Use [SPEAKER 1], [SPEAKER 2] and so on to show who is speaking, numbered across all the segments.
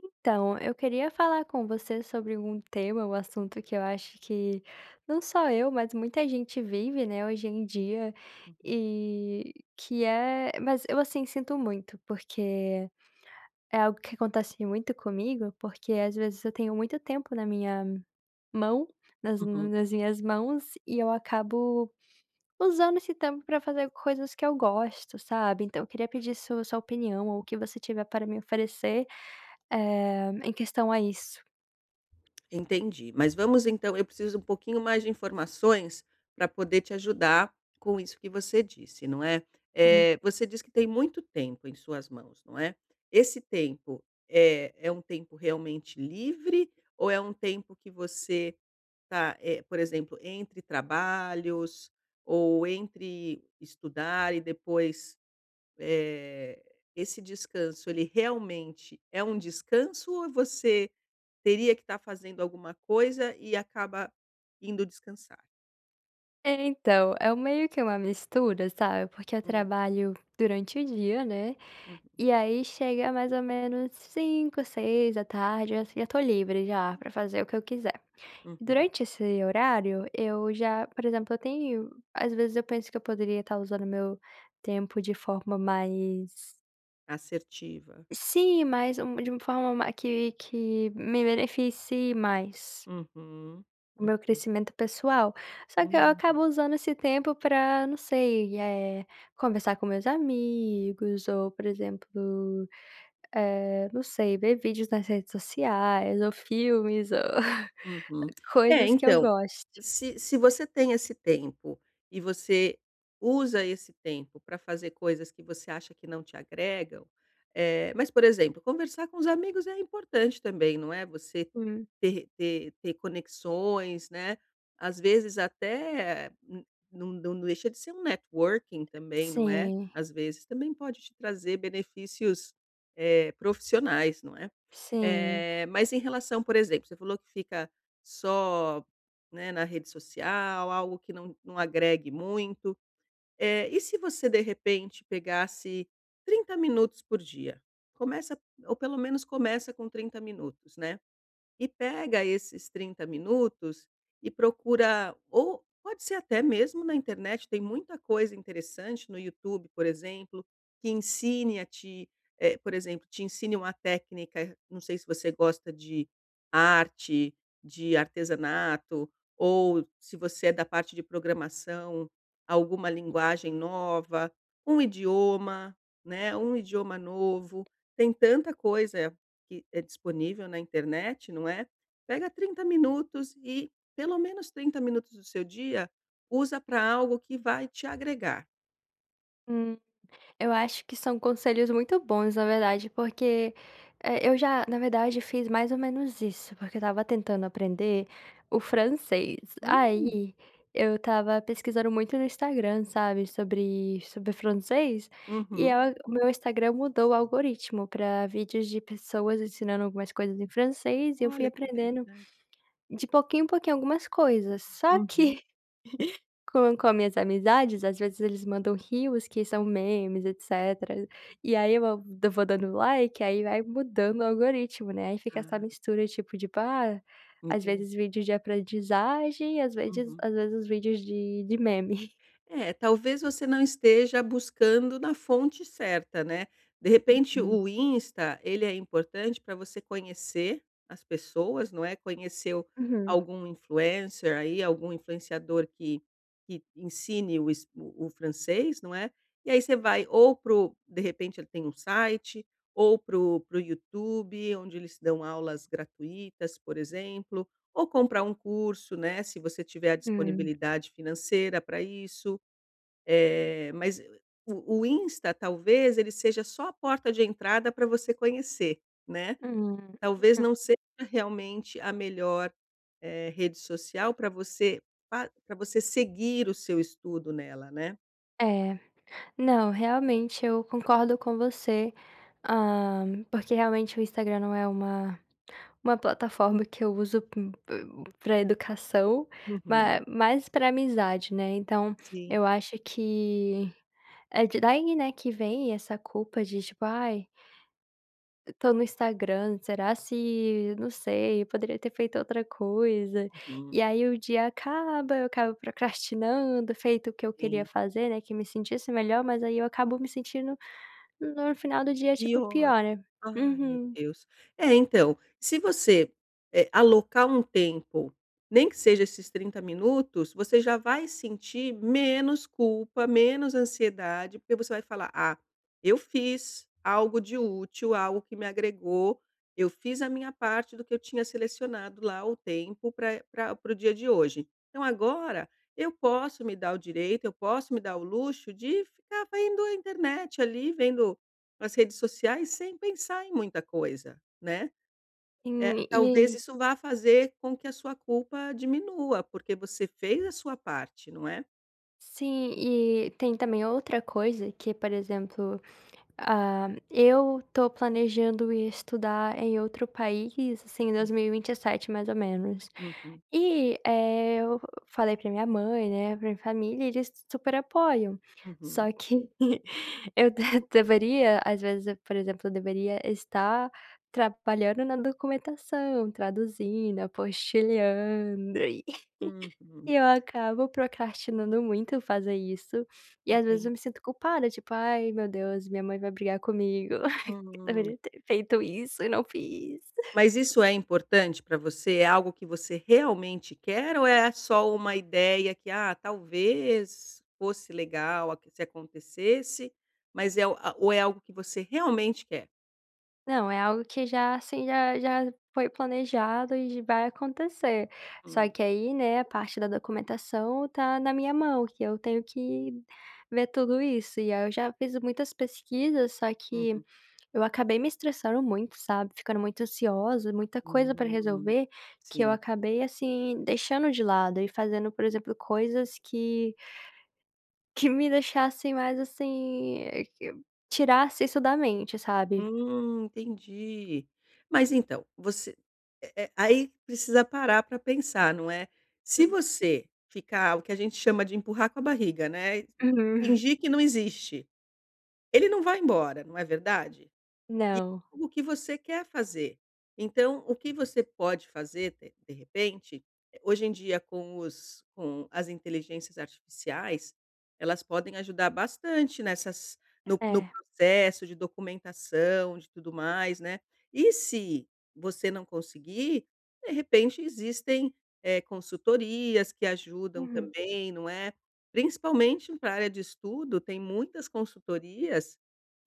[SPEAKER 1] Então, eu queria falar com você sobre um tema, um assunto que eu acho que não só eu, mas muita gente vive, né, hoje em dia,
[SPEAKER 2] Uhum,
[SPEAKER 1] e que é mas eu, assim, sinto muito, porque é algo que acontece muito comigo, porque às vezes eu tenho muito tempo na minha mão, nas
[SPEAKER 2] uhum,
[SPEAKER 1] nas minhas mãos, e eu acabo usando esse tempo para fazer coisas que eu gosto, sabe. Então eu queria pedir sua opinião ou o que você tiver para me oferecer, em questão a isso.
[SPEAKER 2] entendi. Mas vamos então eu preciso um pouquinho mais de informações para poder te ajudar com isso que você disse, não é?
[SPEAKER 1] Hum.
[SPEAKER 2] Você diz que tem muito tempo em suas mãos, não é? Esse tempo é um tempo realmente livre ou é um tempo que você tá, por exemplo, entre trabalhos ou entre estudar e depois, eh, esse descanso ele realmente é um descanso ou você teria que estar fazendo alguma coisa e acaba indo descansar.
[SPEAKER 1] É, então, é um meio que uma mistura, sabe, porque eu
[SPEAKER 2] Hum,
[SPEAKER 1] trabalho durante o dia, né,
[SPEAKER 2] uhum,
[SPEAKER 1] e aí chega mais ou menos 5, 6h, assim, eu já tô livre já pra fazer o que eu quiser.
[SPEAKER 2] uhum.
[SPEAKER 1] Durante esse horário, eu já por exemplo, eu tenho às vezes eu penso que eu poderia estar usando meu tempo de forma mais
[SPEAKER 2] Assertiva.
[SPEAKER 1] sim, mais um de uma forma ma que me beneficie mais.
[SPEAKER 2] Uhum,
[SPEAKER 1] O meu
[SPEAKER 2] uhum,
[SPEAKER 1] crescimento pessoal. Só que eu
[SPEAKER 2] hum.
[SPEAKER 1] acabo usando esse tempo para não sei, é conversar com meus amigos ou, por exemplo, não sei, ver vídeos nas redes sociais ou filmes ou
[SPEAKER 2] Uhum. É,
[SPEAKER 1] coisas que eu
[SPEAKER 2] então,
[SPEAKER 1] gosto.
[SPEAKER 2] se você tem esse tempo e você usa esse tempo para fazer coisas que você acha que não te agregam, mas, por exemplo, conversar com os amigos é importante também, não é? Você
[SPEAKER 1] Hum.
[SPEAKER 2] ter conexões, né, às vezes até n não não deixa de ser um networking também, não é?
[SPEAKER 1] Sim,
[SPEAKER 2] Às vezes também pode te trazer benefícios, profissionais, não é?
[SPEAKER 1] sim.
[SPEAKER 2] Mas em relação, por exemplo, você falou que fica só, né, na rede social, algo que não agregue muito. E se você, de repente, pegasse 30 minutos por dia? Começa ou pelo menos começa com 30 minutos, né. E pega esses 30 minutos e procura, ou pode ser até mesmo na internet, tem muita coisa interessante no YouTube, por exemplo, que ensine a te por exemplo, te ensine uma técnica, não sei se você gosta de arte, de artesanato, ou se você é da parte de programação, alguma linguagem nova, um idioma, né, um idioma novo. Tem tanta coisa que é disponível na internet, não é? Pega 30 minutos, e pelo menos 30 minutos do seu dia usa para algo que vai te agregar.
[SPEAKER 1] Hum. Eu acho que são conselhos muito bons, na verdade, porque, eu já, na verdade, fiz mais ou menos isso, porque eu estava tentando aprender o francês.
[SPEAKER 2] Hum,
[SPEAKER 1] Aí, eu estava pesquisando muito no Instagram, sabe, sobre francês, e
[SPEAKER 2] uhum.
[SPEAKER 1] a o meu Instagram mudou o algoritmo para vídeos de pessoas ensinando algumas coisas em francês, e eu fui
[SPEAKER 2] Olha que
[SPEAKER 1] aprendendo
[SPEAKER 2] interessante.
[SPEAKER 1] de pouquinho em pouquinho algumas coisas. Só
[SPEAKER 2] Uhum.
[SPEAKER 1] que com minhas amizades, às vezes eles mandam rios que são memes, etcétera. E aí eu vou dando like, aí vai mudando o algoritmo, né, aí fica essa
[SPEAKER 2] Ah,
[SPEAKER 1] mistura, tipo de ah às
[SPEAKER 2] entendi.
[SPEAKER 1] vezes vídeos de aprendizagem, às vezes
[SPEAKER 2] Uhum.
[SPEAKER 1] às vezes vídeos de meme.
[SPEAKER 2] É, talvez você não esteja buscando na fonte certa, né. De repente
[SPEAKER 1] Hum.
[SPEAKER 2] o Insta, ele é importante para você conhecer as pessoas, não é, conhecer o
[SPEAKER 1] Uhum.
[SPEAKER 2] algum influencer aí, algum influenciador que ensine o o francês, não é. E aí você vai, ou pro de repente ele tem um site, ou pro YouTube, onde eles dão aulas gratuitas, por exemplo, ou comprar um curso, né, se você tiver a
[SPEAKER 1] Hum.
[SPEAKER 2] disponibilidade financeira para isso. Mas o Insta, talvez, ele seja só a porta de entrada para você conhecer, né.
[SPEAKER 1] Hum.
[SPEAKER 2] Talvez
[SPEAKER 1] Uhum.
[SPEAKER 2] não seja realmente a melhor, rede social para você seguir o seu estudo nela, né.
[SPEAKER 1] É. Não, realmente eu concordo com você, ah porque realmente o Instagram não é uma plataforma que eu uso para educação,
[SPEAKER 2] Uhum.
[SPEAKER 1] ma mais para amizade, né, então
[SPEAKER 2] Sim.
[SPEAKER 1] eu acho que é de daí, né, que vem essa culpa de tipo: "Ai, tô no Instagram, será se não sei, eu poderia ter feito outra coisa".
[SPEAKER 2] Uhum.
[SPEAKER 1] E aí o dia acaba, eu acabo procrastinando, feito o que eu queria
[SPEAKER 2] Sim.
[SPEAKER 1] fazer, né, que me sentisse melhor, mas aí eu acabo me sentindo no final do dia, tipo,
[SPEAKER 2] Pior.
[SPEAKER 1] pior, né.
[SPEAKER 2] Ai, meu
[SPEAKER 1] Uhum.
[SPEAKER 2] Deus. É, então, se você, alocar um tempo, nem que seja esses 30 minutos, você já vai sentir menos culpa, menos ansiedade, porque você vai falar: "Ah, eu fiz algo de útil, algo que me agregou, eu fiz a minha parte do que eu tinha selecionado lá o tempo pra para o dia de hoje. Então agora eu posso me dar o direito, eu posso me dar o luxo de ficar vendo a internet ali, vendo nas redes sociais sem pensar em muita coisa, né. É, talvez
[SPEAKER 1] E
[SPEAKER 2] isso vá fazer com que a sua culpa diminua, porque você fez a sua parte, não é?"
[SPEAKER 1] sim, e tem também outra coisa que, por exemplo, ah, eu tô planejando ir estudar em outro país, assim, em 2027, mais ou menos.
[SPEAKER 2] Uhum,
[SPEAKER 1] E, eu falei pra minha mãe, né, pra minha família, e eles super apoiam. Só que eu de deveria, às vezes, eu, por exemplo, eu deveria estar trabalhando na documentação, traduzindo, apostilhando
[SPEAKER 2] uhum, uhum,
[SPEAKER 1] E eu acabo procrastinando muito fazer isso, e às vezes
[SPEAKER 2] enten
[SPEAKER 1] eu me sinto culpada, tipo: "Ai meu Deus, minha mãe vai brigar comigo, eu
[SPEAKER 2] hum.
[SPEAKER 1] deveria ter feito isso e não fiz".
[SPEAKER 2] Mas isso é importante para você? É algo que você realmente quer, ou é só uma ideia que, ah, talvez fosse legal se acontecesse, mas é ou é algo que você realmente quer?
[SPEAKER 1] Não, é algo que já, assim, já já foi planejado e vai acontecer. Só
[SPEAKER 2] Hum,
[SPEAKER 1] que aí, né, a parte da documentação tá na minha mão, que eu tenho que ver tudo isso. E aí eu já fiz muitas pesquisas, só que
[SPEAKER 2] uhum,
[SPEAKER 1] eu acabei me estressando muito, sabe, ficando muito ansiosa, muita coisa pra
[SPEAKER 2] hum.
[SPEAKER 1] resolver, que eu
[SPEAKER 2] Sim.
[SPEAKER 1] acabei, assim, deixando de lado e fazendo, por exemplo, coisas que me deixassem mais, assim, que tirasse isso da mente, sabe.
[SPEAKER 2] Entendi. Mas então, você aí precisa parar para pensar, não é? Se
[SPEAKER 1] Hum.
[SPEAKER 2] você ficar o que a gente chama de empurrar com a barriga, né,
[SPEAKER 1] Uhum.
[SPEAKER 2] fingir que não existe, ele não vai embora, não é verdade?
[SPEAKER 1] Não.
[SPEAKER 2] O que você quer fazer. Então, o que você pode fazer, de repente, hoje em dia com os com as inteligências artificiais, elas podem ajudar bastante nessas no
[SPEAKER 1] É.
[SPEAKER 2] processo de documentação, de tudo mais, né. E se você não conseguir, de repente existem, consultorias que ajudam
[SPEAKER 1] Uhum.
[SPEAKER 2] também, não é. Principalmente para a área de estudo, tem muitas consultorias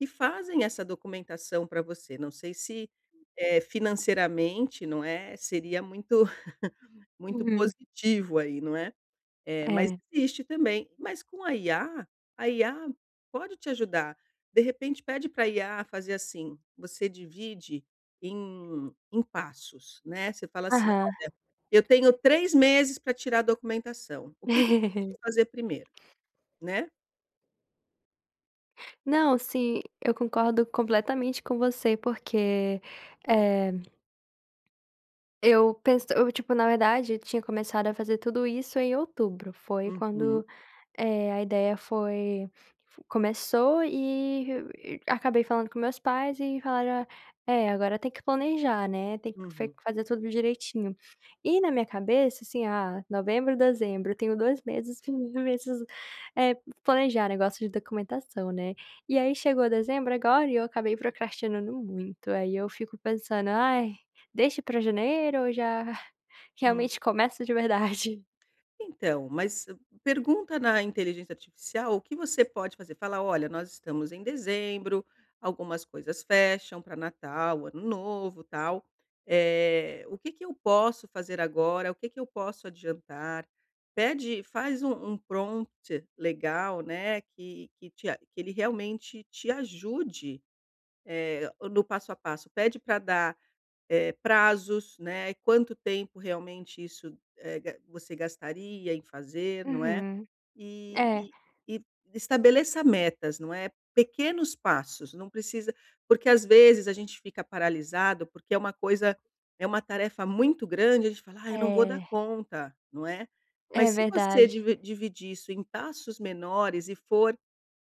[SPEAKER 2] e fazem essa documentação para você, não sei se, financeiramente, não é, seria muito muito
[SPEAKER 1] Uhum.
[SPEAKER 2] positivo aí, não é. Mas
[SPEAKER 1] É.
[SPEAKER 2] existe também, mas com a IA, a IA pode te ajudar. De repente pede para pra IA fazer assim, você divide em passos, né, você fala assim: "Ó,
[SPEAKER 1] Aham.
[SPEAKER 2] eu tenho 3 meses para tirar a documentação, o que que eu preciso fazer primeiro?", né.
[SPEAKER 1] Não, sim, eu concordo completamente com você, porque, eh eu penso eu, tipo, na verdade, eu tinha começado a fazer tudo isso em outubro, foi
[SPEAKER 2] Uhum,
[SPEAKER 1] quando é, a ideia foi começou e acabei falando com meus pais e falaram: "É, agora tem que planejar, né, tem que fe
[SPEAKER 2] uhum,
[SPEAKER 1] fazer tudo direitinho". E na minha cabeça, assim: "Ah, novembro, dezembro, tenho 2 meses meses, eh, planejar negócio de documentação, né". E aí chegou dezembro agora e eu acabei procrastinando muito, aí eu fico pensando: "Ai, deixa pra janeiro ou já
[SPEAKER 2] hum.
[SPEAKER 1] realmente começo de verdade?".
[SPEAKER 2] Então, pergunta na inteligência artificial o que você pode fazer. Fala: "Olha, nós estamos em dezembro, algumas coisas fecham para Natal, Ano Novo, tal. O que que eu posso fazer agora? O que que eu posso adiantar?". Pede, faz um prompt legal, né, que ele realmente te ajude, no passo a passo. Pede para dar prazos, né, quanto tempo realmente isso, eh, ga você gastaria em fazer, não é?
[SPEAKER 1] Uhum.
[SPEAKER 2] E
[SPEAKER 1] É,
[SPEAKER 2] e e estabeleça metas, não é, pequenos passos, não precisa, porque às vezes a gente fica paralisado, porque é uma coisa é uma tarefa muito grande, a gente fala: "Ah, eu não vou dar
[SPEAKER 1] é.
[SPEAKER 2] conta", não é.
[SPEAKER 1] É
[SPEAKER 2] Mas se você
[SPEAKER 1] verdade.
[SPEAKER 2] dividir isso em passos menores e for,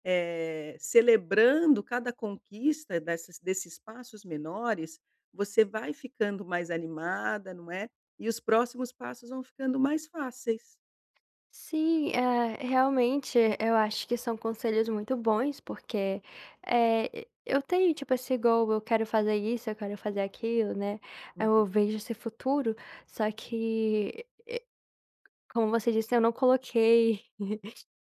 [SPEAKER 2] celebrando cada conquista dessas desses passos menores, você vai ficando mais animada, não é, e os próximos passos vão ficando mais fáceis.
[SPEAKER 1] Sim, realmente eu acho que são conselhos muito bons, porque, eu tenho tipo esse goal, eu quero fazer isso, eu quero fazer aquilo, né. Eu
[SPEAKER 2] Uhum,
[SPEAKER 1] vejo esse futuro, só que, como você disse, eu não coloquei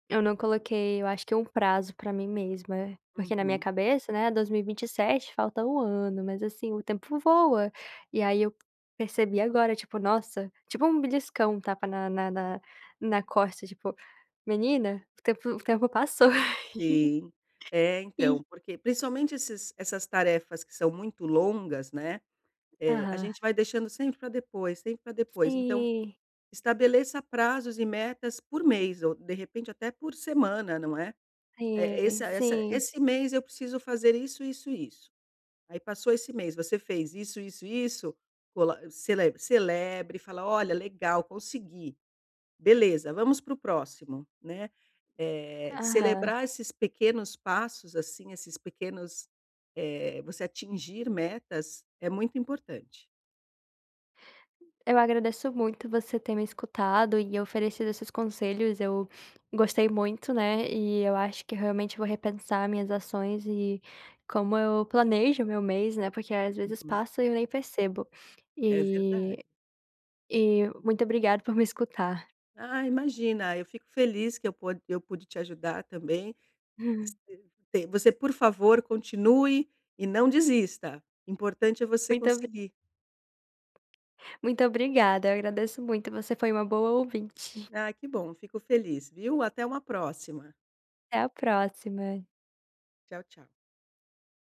[SPEAKER 1] eu não coloquei, eu acho que um prazo pra mim mesma, porque na minha
[SPEAKER 2] uhum.
[SPEAKER 1] cabeça, né, 2027 falta um ano, mas assim, o tempo voa. E aí eu percebi agora, tipo, nossa, tipo um beliscão, um tapa na na costa, tipo: "Menina, o tempo passou".
[SPEAKER 2] Sim. É, então,
[SPEAKER 1] E
[SPEAKER 2] porque principalmente esses essas tarefas que são muito longas, né, a
[SPEAKER 1] aham.
[SPEAKER 2] gente vai deixando sempre para depois, sempre para depois. Então,
[SPEAKER 1] Sim,
[SPEAKER 2] estabeleça prazos e metas por mês ou, de repente, até por semana, não é?
[SPEAKER 1] sim, sim.
[SPEAKER 2] Esse mês eu preciso fazer isso, isso, isso. Aí passou esse mês, você fez isso, isso, isso, cola cele celebre, fala: "Olha, legal, consegui". Beleza, vamos para o próximo, né.
[SPEAKER 1] Aham.
[SPEAKER 2] Celebrar esses pequenos passos, assim, esses pequenos, você atingir metas é muito importante.
[SPEAKER 1] Eu agradeço muito você ter me escutado e oferecido esses conselhos. Eu gostei muito, né? E eu acho que realmente vou repensar minhas ações e como eu planejo meu mês, né? Porque às vezes
[SPEAKER 2] Uhum.
[SPEAKER 1] passa e eu nem percebo.
[SPEAKER 2] É
[SPEAKER 1] E,
[SPEAKER 2] verdade.
[SPEAKER 1] e muito obrigada por me escutar.
[SPEAKER 2] Ah, imagina, eu fico feliz que eu pude te ajudar também. Es te você, por favor, continue e não desista. Importante é você
[SPEAKER 1] Muito, obri-
[SPEAKER 2] conseguir.
[SPEAKER 1] muito obrigada. Eu agradeço muito. Você foi uma boa ouvinte.
[SPEAKER 2] Ah, que bom, fico feliz, viu. Até uma próxima.
[SPEAKER 1] Até a próxima.
[SPEAKER 2] Tchau, tchau.